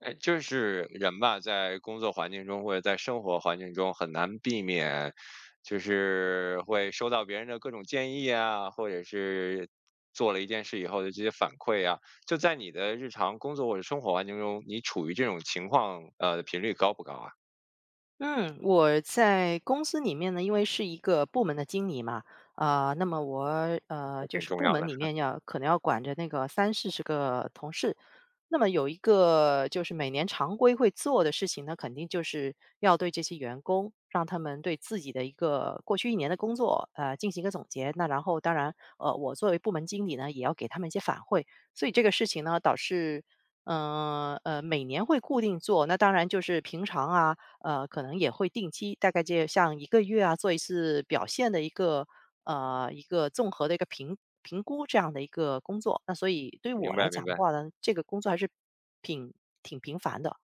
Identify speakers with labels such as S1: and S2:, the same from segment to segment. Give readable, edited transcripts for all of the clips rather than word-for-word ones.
S1: 哎，就是人吧，在工作环境中或者在生活环境中很难避免，就是会收到别人的各种建议啊，或者是做了一件事以后的这些反馈啊。就在你的日常工作或者生活环境中，你处于这种情况，频率高不高啊？
S2: 嗯，我在公司里面呢，因为是一个部门的经理嘛，啊、那么我
S1: 还
S2: 就
S1: 挺
S2: 是
S1: 重
S2: 部
S1: 要
S2: 门
S1: 的，
S2: 里面要可能要管着那个30到40个同事。那么有一个就是每年常规会做的事情呢，肯定就是要对这些员工，让他们对自己的一个过去一年的工作，进行一个总结。那然后当然，我作为部门经理呢，也要给他们一些反馈，所以这个事情呢，导致嗯每年会固定做。那当然就是平常啊，可能也会定期，大概就像一个月啊，做一次表现的一个，一个综合的一个评估这样的一个工作。那所以对于我
S1: 明
S2: 来
S1: 白明
S2: 讲的
S1: 白。
S2: 话呢，这个工作还是挺挺频繁的。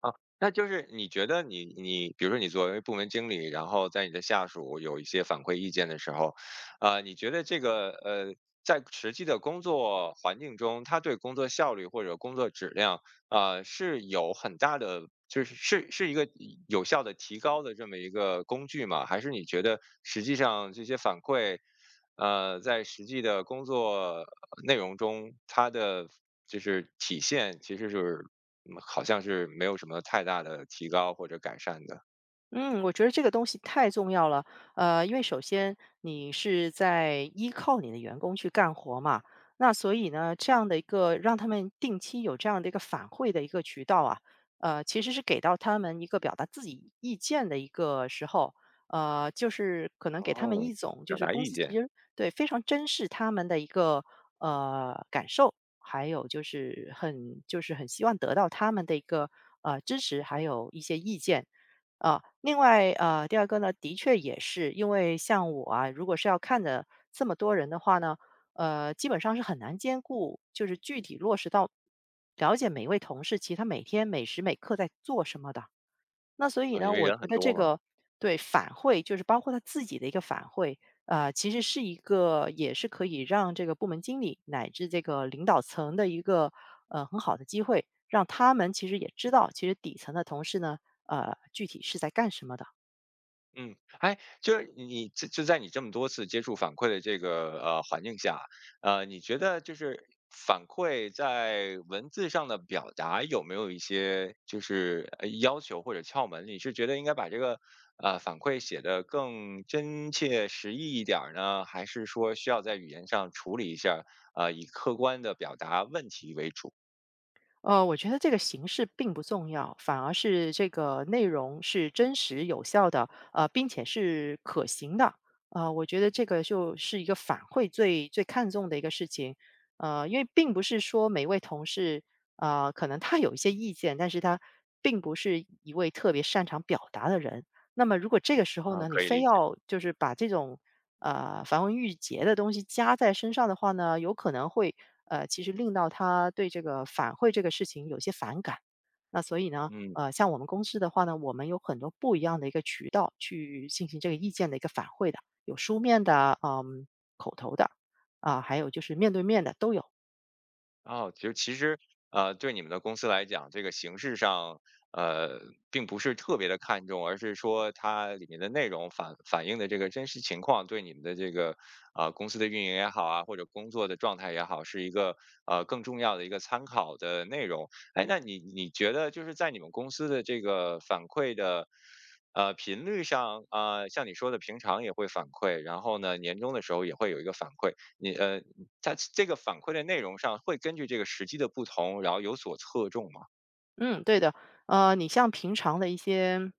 S1: 啊，那就是你觉得你，比如说你作为部门经理，然后在你的下属有一些反馈意见的时候，啊、你觉得这个，在实际的工作环境中，他对工作效率或者工作质量啊、是有很大的，就是是一个有效的提高的这么一个工具吗？还是你觉得实际上这些反馈，在实际的工作内容中，它的就是体现其实是好像是没有什么太大的提高或者改善的。
S2: 嗯，我觉得这个东西太重要了。呃，因为首先你是在依靠你的员工去干活嘛，那所以呢，这样的一个让他们定期有这样的一个反馈的一个渠道啊，其实是给到他们一个表达自己意见的一个时候，就是可能给他们
S1: 哦，
S2: 一种就
S1: 表
S2: 是
S1: 达
S2: 公
S1: 意
S2: 司其
S1: 见，
S2: 实对非常珍视他们的一个感受，还有就是很希望得到他们的一个支持，还有一些意见。啊，另外，第二个呢，的确也是因为像我啊，如果是要看着这么多人的话呢，基本上是很难兼顾，就是具体落实到了解每一位同事，其实他每天每时每刻在做什么的。那所以
S1: 啊，因
S2: 呢，
S1: 为
S2: 我
S1: 人
S2: 觉
S1: 很
S2: 得
S1: 多
S2: 这
S1: 嘛。
S2: 个对反馈，就是包括他自己的一个反馈，其实是一个也是可以让这个部门经理乃至这个领导层的一个很好的机会，让他们其实也知道，其实底层的同事呢，具体是在干什么的。
S1: 嗯，哎，就是你在你这么多次接触反馈的这个，环境下，你觉得就是反馈在文字上的表达有没有一些就是，要求或者窍门？你是觉得应该把这个，反馈写得更真切实意一点儿呢？还是说需要在语言上处理一下儿以客观的表达问题为主？
S2: 呃，我觉得这个形式并不重要，反而是这个内容是真实有效的，并且是可行的。呃，我觉得这个就是一个反馈最最看重的一个事情。呃，因为并不是说每位同事，可能他有一些意见，但是他并不是一位特别擅长表达的人。那么如果这个时候
S1: 啊，
S2: 呢，你
S1: 可以
S2: 非
S1: 理解。
S2: 要就是把这种繁文缛节的东西加在身上的话呢，有可能会其实令到他对这个反馈这个事情有些反感。那所以呢，
S1: 嗯，
S2: 像我们公司的话呢，我们有很多不一样的一个渠道去进行这个意见的一个反馈的，有书面的，嗯，口头的，啊、还有就是面对面的都有。
S1: 哦，就其实，对你们的公司来讲，这个形式上，呃，并不是特别的看重，而是说它里面的内容反反映的这个真实情况，对你们的这个公司的运营也好啊，或者工作的状态也好，是一个更重要的一个参考的内容。哎，那你觉得就是在你们公司的这个反馈的。频率上，像你说的，平常也会反馈，然后呢，年终的时候也会有一个反馈。你，在这个反馈的内容上会根据这个时机的不同，然后有所侧重嘛？
S2: 嗯，对的。呃，你像平常的一些，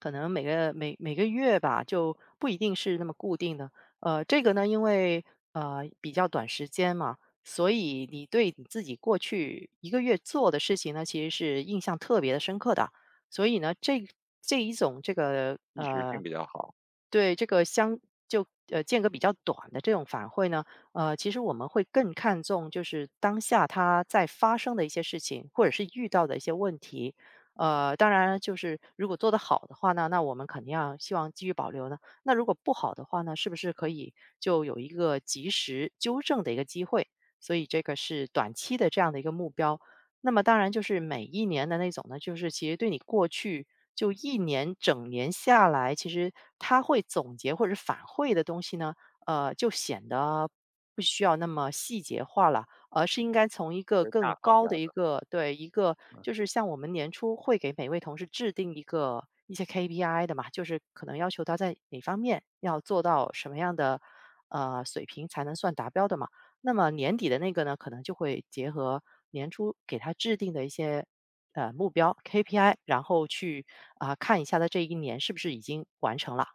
S2: 可能每个月吧，就不一定是那么固定的。呃，这个呢，因为比较短时间嘛，所以你对你自己过去一个月做的事情呢，其实是印象特别的深刻的。所以呢，这一种这个
S1: 一时性比较好，
S2: 对，这个相就间隔比较短的这种反馈呢，其实我们会更看重就是当下它在发生的一些事情，或者是遇到的一些问题。呃，当然就是如果做得好的话呢，那我们肯定要希望继续保留呢。那如果不好的话呢，是不是可以就有一个及时纠正的一个机会？所以这个是短期的这样的一个目标。那么当然就是每一年的那种呢，就是其实对你过去就一年整年下来，其实他会总结或者反馈的东西呢，就显得不需要那么细节化了，而是应该从一个
S1: 还是
S2: 更
S1: 大方
S2: 高
S1: 向？
S2: 的一个对一个，就是像我们年初会给每位同事制定一些 KPI 的嘛，就是可能要求他在哪方面要做到什么样的水平才能算达标的嘛。那么年底的那个呢，可能就会结合年初给他制定的一些目标 KPI，然后去啊、看一下他这一年是不是已经完成了。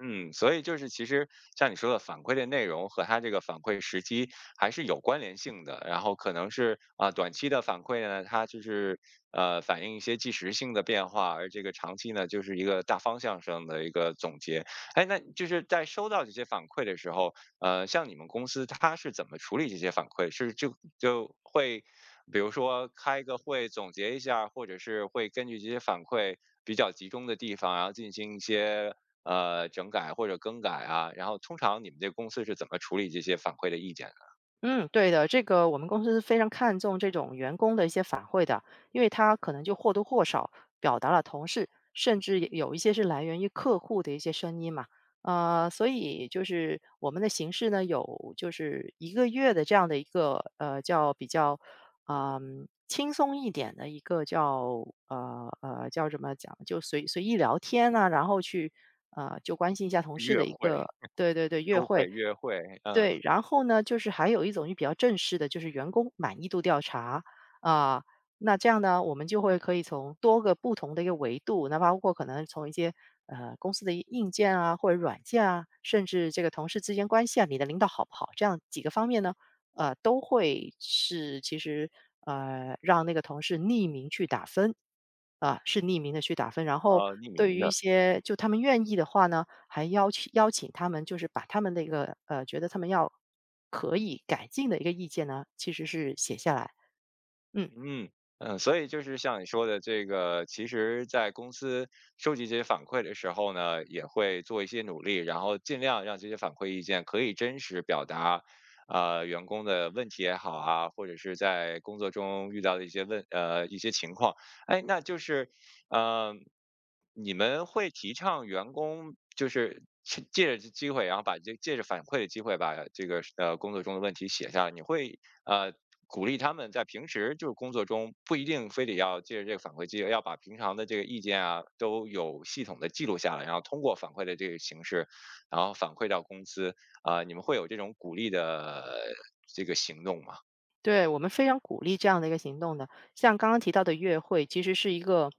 S1: 嗯，所以就是其实像你说的反馈的内容和它这个反馈时机还是有关联性的，然后可能是啊、短期的反馈呢，它就是反映一些即时性的变化，而这个长期呢就是一个大方向上的一个总结。哎，那就是在收到这些反馈的时候，像你们公司它是怎么处理这些反馈？是就会比如说开个会总结一下儿，或者是会根据这些反馈比较集中的地方，然后进行一些整改或者更改啊，然后通常你们这公司是怎么处理这些反馈的意见的？
S2: 嗯，对的，这个我们公司是非常看重这种员工的一些反馈的，因为他可能就或多或少表达了同事，甚至也有一些是来源于客户的一些声音嘛。呃，所以就是我们的形式呢，有就是一个月的这样的一个叫比较嗯、轻松一点的一个叫叫什么讲，就随意聊天啊，然后去就关心一下同事
S1: 月
S2: 的一个
S1: 会、
S2: 对对对约
S1: 周会、
S2: 会。
S1: 月会，嗯，
S2: 对，然后呢，就是还有一种就比较正式的，就是员工满意度调查啊。那这样呢，我们就会可以从多个不同的一个维度，那包括可能从一些公司的一硬件啊，或者软件啊，甚至这个同事之间关系啊，你的领导好不好，这样几个方面呢，都会是其实让那个同事匿名去打分啊，是匿名的去打分。然后
S1: 匿
S2: 对
S1: 名
S2: 于一
S1: 的。
S2: 些就他们愿意的话呢。还邀请他们，就是把他们的一个觉得他们要可以改进的一个意见呢，其实是写下来。嗯，
S1: 嗯嗯，所以就是像你说的这个，其实，在公司收集这些反馈的时候呢，也会做一些努力，然后尽量让这些反馈意见可以真实表达，员工的问题也好啊，或者是在工作中遇到的一些情况，哎，那就是，呃，你们会提倡员工就是趁借着这机会，然后把这借着反馈的机会把这个工作中的问题写下来，你会呃鼓励他们在平时就是工作中不一定非得要借着这个反馈机制，要把平常的这个意见啊都有系统的记录下来，然后通过反馈的这个形式，然后反馈到公司啊、你们会有这种鼓励的这个行动吗？
S2: 对，我们非常鼓励这样的一个行动的。像刚刚提到的月会，其实是一个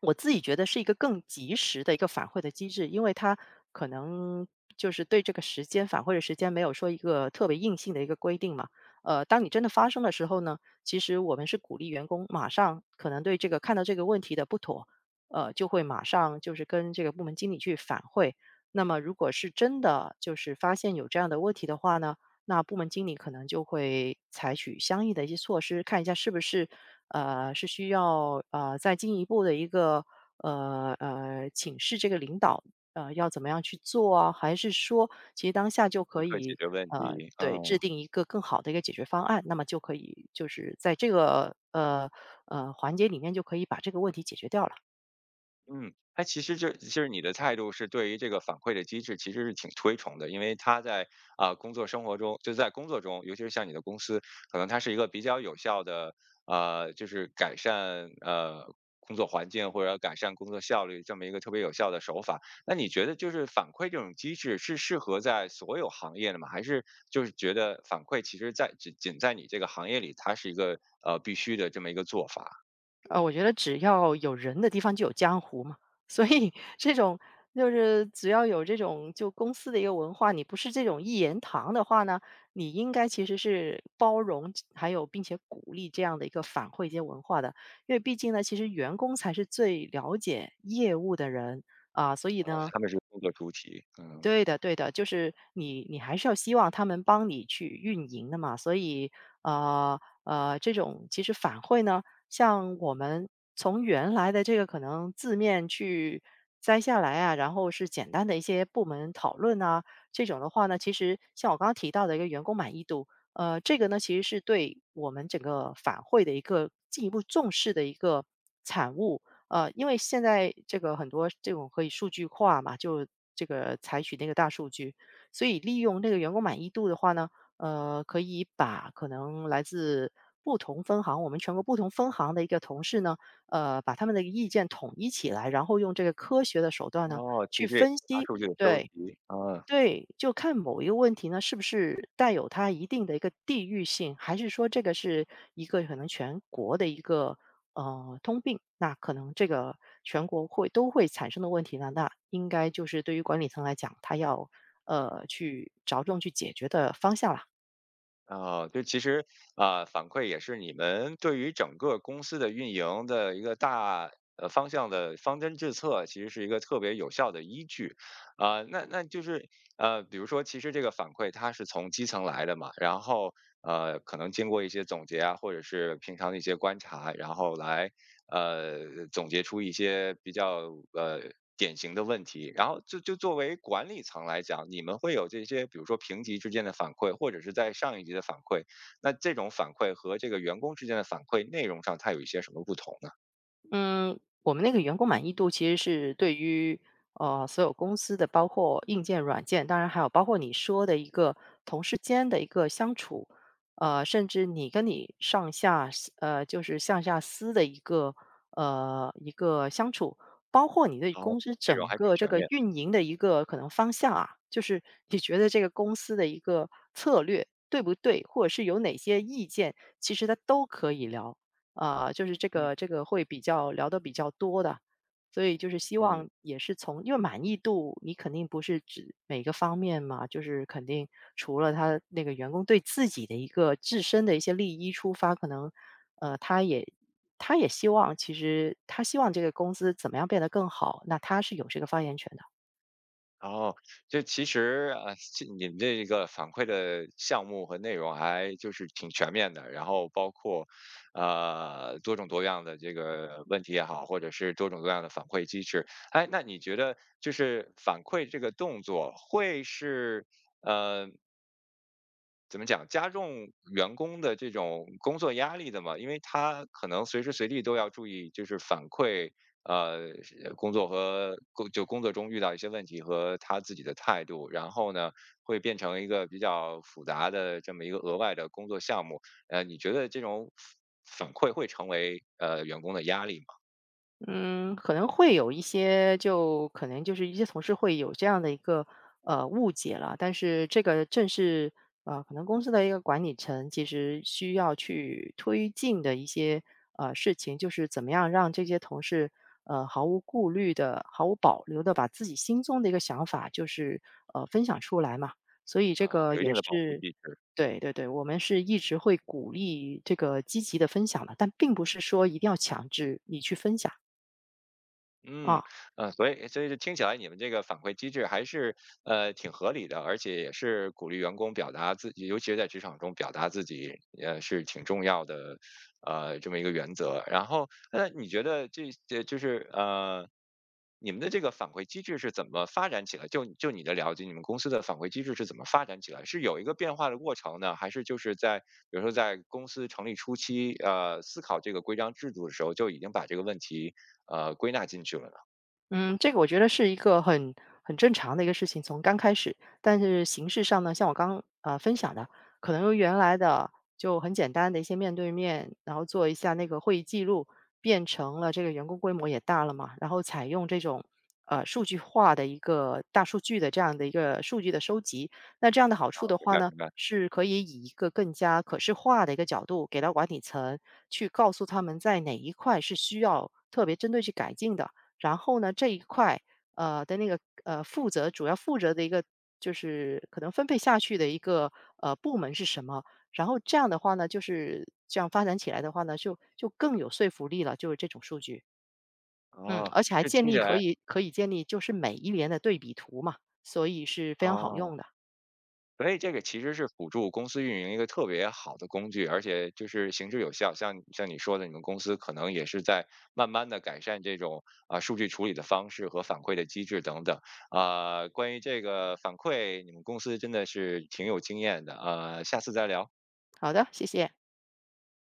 S2: 我自己觉得是一个更及时的一个反馈的机制，因为它可能就是对这个时间反馈的时间没有说一个特别硬性的一个规定嘛。呃，当你真的发生的时候呢，其实我们是鼓励员工马上可能对这个看到这个问题的不妥，就会马上就是跟这个部门经理去反馈。那么如果是真的就是发现有这样的问题的话呢，那部门经理可能就会采取相应的一些措施，看一下是不是是需要再进一步的一个请示这个领导要怎么样去做啊，还是说其实当下就
S1: 立
S2: 可
S1: 刻解
S2: 以
S1: 决问题，
S2: 对制
S1: 嗯。
S2: 定一个更好的一个解决方案，那么就可以就是在这个环节里面就可以把这个问题解决掉了。
S1: 嗯，哎，其实这其实你的态度是对于这个反馈的机制其实是挺推崇的，因为它在啊、工作生活中，就在工作中，尤其是像你的公司，可能它是一个比较有效的就是改善工作环境或者改善工作效率这么一个特别有效的手法。那你觉得就是反馈这种机制是适合在所有行业的吗？还是就是觉得反馈其实在仅仅在你这个行业里，它是一个必须的这么一个做法？
S2: 我觉得只要有人的地方就有江湖嘛，所以这种只要有这种就公司的一个文化，你不是这种一言堂的话呢，你应该其实是包容，还有并且鼓励这样的一个反馈一些文化的，因为毕竟呢，其实员工才是最了解业务的人啊、所以呢，
S1: 他们是工作主体，嗯。
S2: 对的，对的，就是你还是要希望他们帮你去运营的嘛，所以，呃这种其实反馈呢，像我们从原来的这个可能字面去摘下来啊，然后是简单的一些部门讨论啊，这种的话呢，其实像我刚刚提到的一个员工满意度，这个呢其实是对我们整个反馈的一个进一步重视的一个产物，因为现在这个很多这种可以数据化嘛，就这个采取那个大数据，所以利用那个员工满意度的话呢，可以把可能来自不同分行，我们全国不同分行的一个同事呢，把他们的意见统一起来，然后用这个科学的手段呢
S1: 哦，
S2: 去
S1: 其实也是
S2: 分
S1: 大
S2: 析，
S1: 数据的收
S2: 对，
S1: 集，啊，
S2: 对，就看某一个问题呢，是不是带有它一定的一个地域性，还是说这个是一个可能全国的一个通病？那可能这个全国会都会产生的问题呢，那应该就是对于管理层来讲，他要去着重去解决的方向了。
S1: 哦，就其实啊，反馈也是你们对于整个公司的运营的一个大方向的方针政策，其实是一个特别有效的依据，啊，那就是比如说，其实这个反馈它是从基层来的嘛，然后可能经过一些总结啊，或者是平常的一些观察，然后来总结出一些比较呃典型的问题，然后就作为管理层来讲，你们会有这些，比如说评级之间的反馈，或者是在上一级的反馈，那这种反馈和这个员工之间的反馈内容上，它有一些什么不同呢？
S2: 嗯，我们那个员工满意度其实是对于所有公司的，包括硬件、软件，当然还有包括你说的一个同事间的一个相处，甚至你跟你上下司就是上下司的一个一个相处，包括你对
S1: 然后
S2: 公司
S1: 内容
S2: 整
S1: 还挺
S2: 个这
S1: 全
S2: 个
S1: 面，
S2: 运营的一个可能方向啊，就是你觉得这个公司的一个策略对不对，或者是有哪些意见，其实它都可以聊。啊，就是这
S1: 嗯
S2: 个这个会比较聊得比较多的。所以就是希
S1: 嗯。
S2: 望也是从因为满意度，你肯定不是指每个方面嘛，就是肯定除了他那个员工对自己的一个自身的一些利益出发，可能呃，他也他也希望，其实他希望这个公司怎么样变得更好，那他是有这个发言权的。
S1: 哦，就其实啊，这你们这个反馈的项目和内容还就是挺全面的，然后包括多种多样的这个问题也好，或者是多种多样的反馈机制。哎，那你觉得就是反馈这个动作会是？呃怎么讲，加重员工的这种工作压力的嘛，因为他可能随时随地都要注意，就是反馈，呃，工作和工作中遇到一些问题和他自己的态度，然后呢，会变成一个比较复杂的这么一个额外的工作项目。你觉得这种反馈会成为员工的压力吗？
S2: 嗯，可能会有一些就可能就是一些同事会有这样的一个，误解了。但是这个正是，可能公司的一个管理层其实需要去推进的一些，事情，就是怎么样让这些同事，毫无顾虑的、毫无保留的把自己心中的一个想法就是，分享出来嘛。所以这
S1: 啊、
S2: 个
S1: 有一
S2: 也
S1: 定的保护
S2: 是
S1: 机制。
S2: 对对对，我们是一直会鼓励这个积极的分享的，但并不是说一定要强制你去分享。
S1: 嗯，
S2: 啊，
S1: 所以就听起来你们这个反馈机制还是挺合理的，而且也是鼓励员工表达自己，尤其是在职场中表达自己，是挺重要的，这么一个原则。然后，那你觉得这就是你们的这个反馈机制是怎么发展起来？就你的了解，你们公司的反馈机制是怎么发展起来？是有一个变化的过程呢，还是就是在比如说在公司成立初期，思考这个规章制度的时候就已经把这个问题？归纳进去了呢？
S2: 嗯，这个我觉得是一个很正常的一个事情，从刚开始，但是形式上呢，像我刚分享的，可能由原来的就很简单的一些面对面，然后做一下那个会议记录，变成了这个员工规模也大了嘛，然后采用这种数据化的一个大数据的这样的一个数据的收集，那这样的好
S1: 啊，
S2: 处的
S1: 明
S2: 话
S1: 白
S2: 呢，
S1: 明白。
S2: 是可以以一个更加可视化的一个角度给到管理层去告诉他们在哪一块是需要特别针对去改进的。然后呢，这一块，的那个，主要负责的一个就是可能分配下去的一个，部门是什么？然后这样的话呢，就是这样发展起来的话呢，就更有说服力了，就是这种数据。嗯，
S1: 哦，
S2: 而且还
S1: 这
S2: 建
S1: 听
S2: 立
S1: 起
S2: 可
S1: 来
S2: 以可以建立就是每一年的对比图嘛，所以是非常好
S1: 哦，
S2: 用的。
S1: 所以这个其实是辅助公司运营一个特别好的工具，而且就是行之有效。像你说的，你们公司可能也是在慢慢的改善这种，啊，数据处理的方式和反馈的机制等等。啊，关于这个反馈，你们公司真的是挺有经验的，下次再聊。
S2: 好的，谢谢。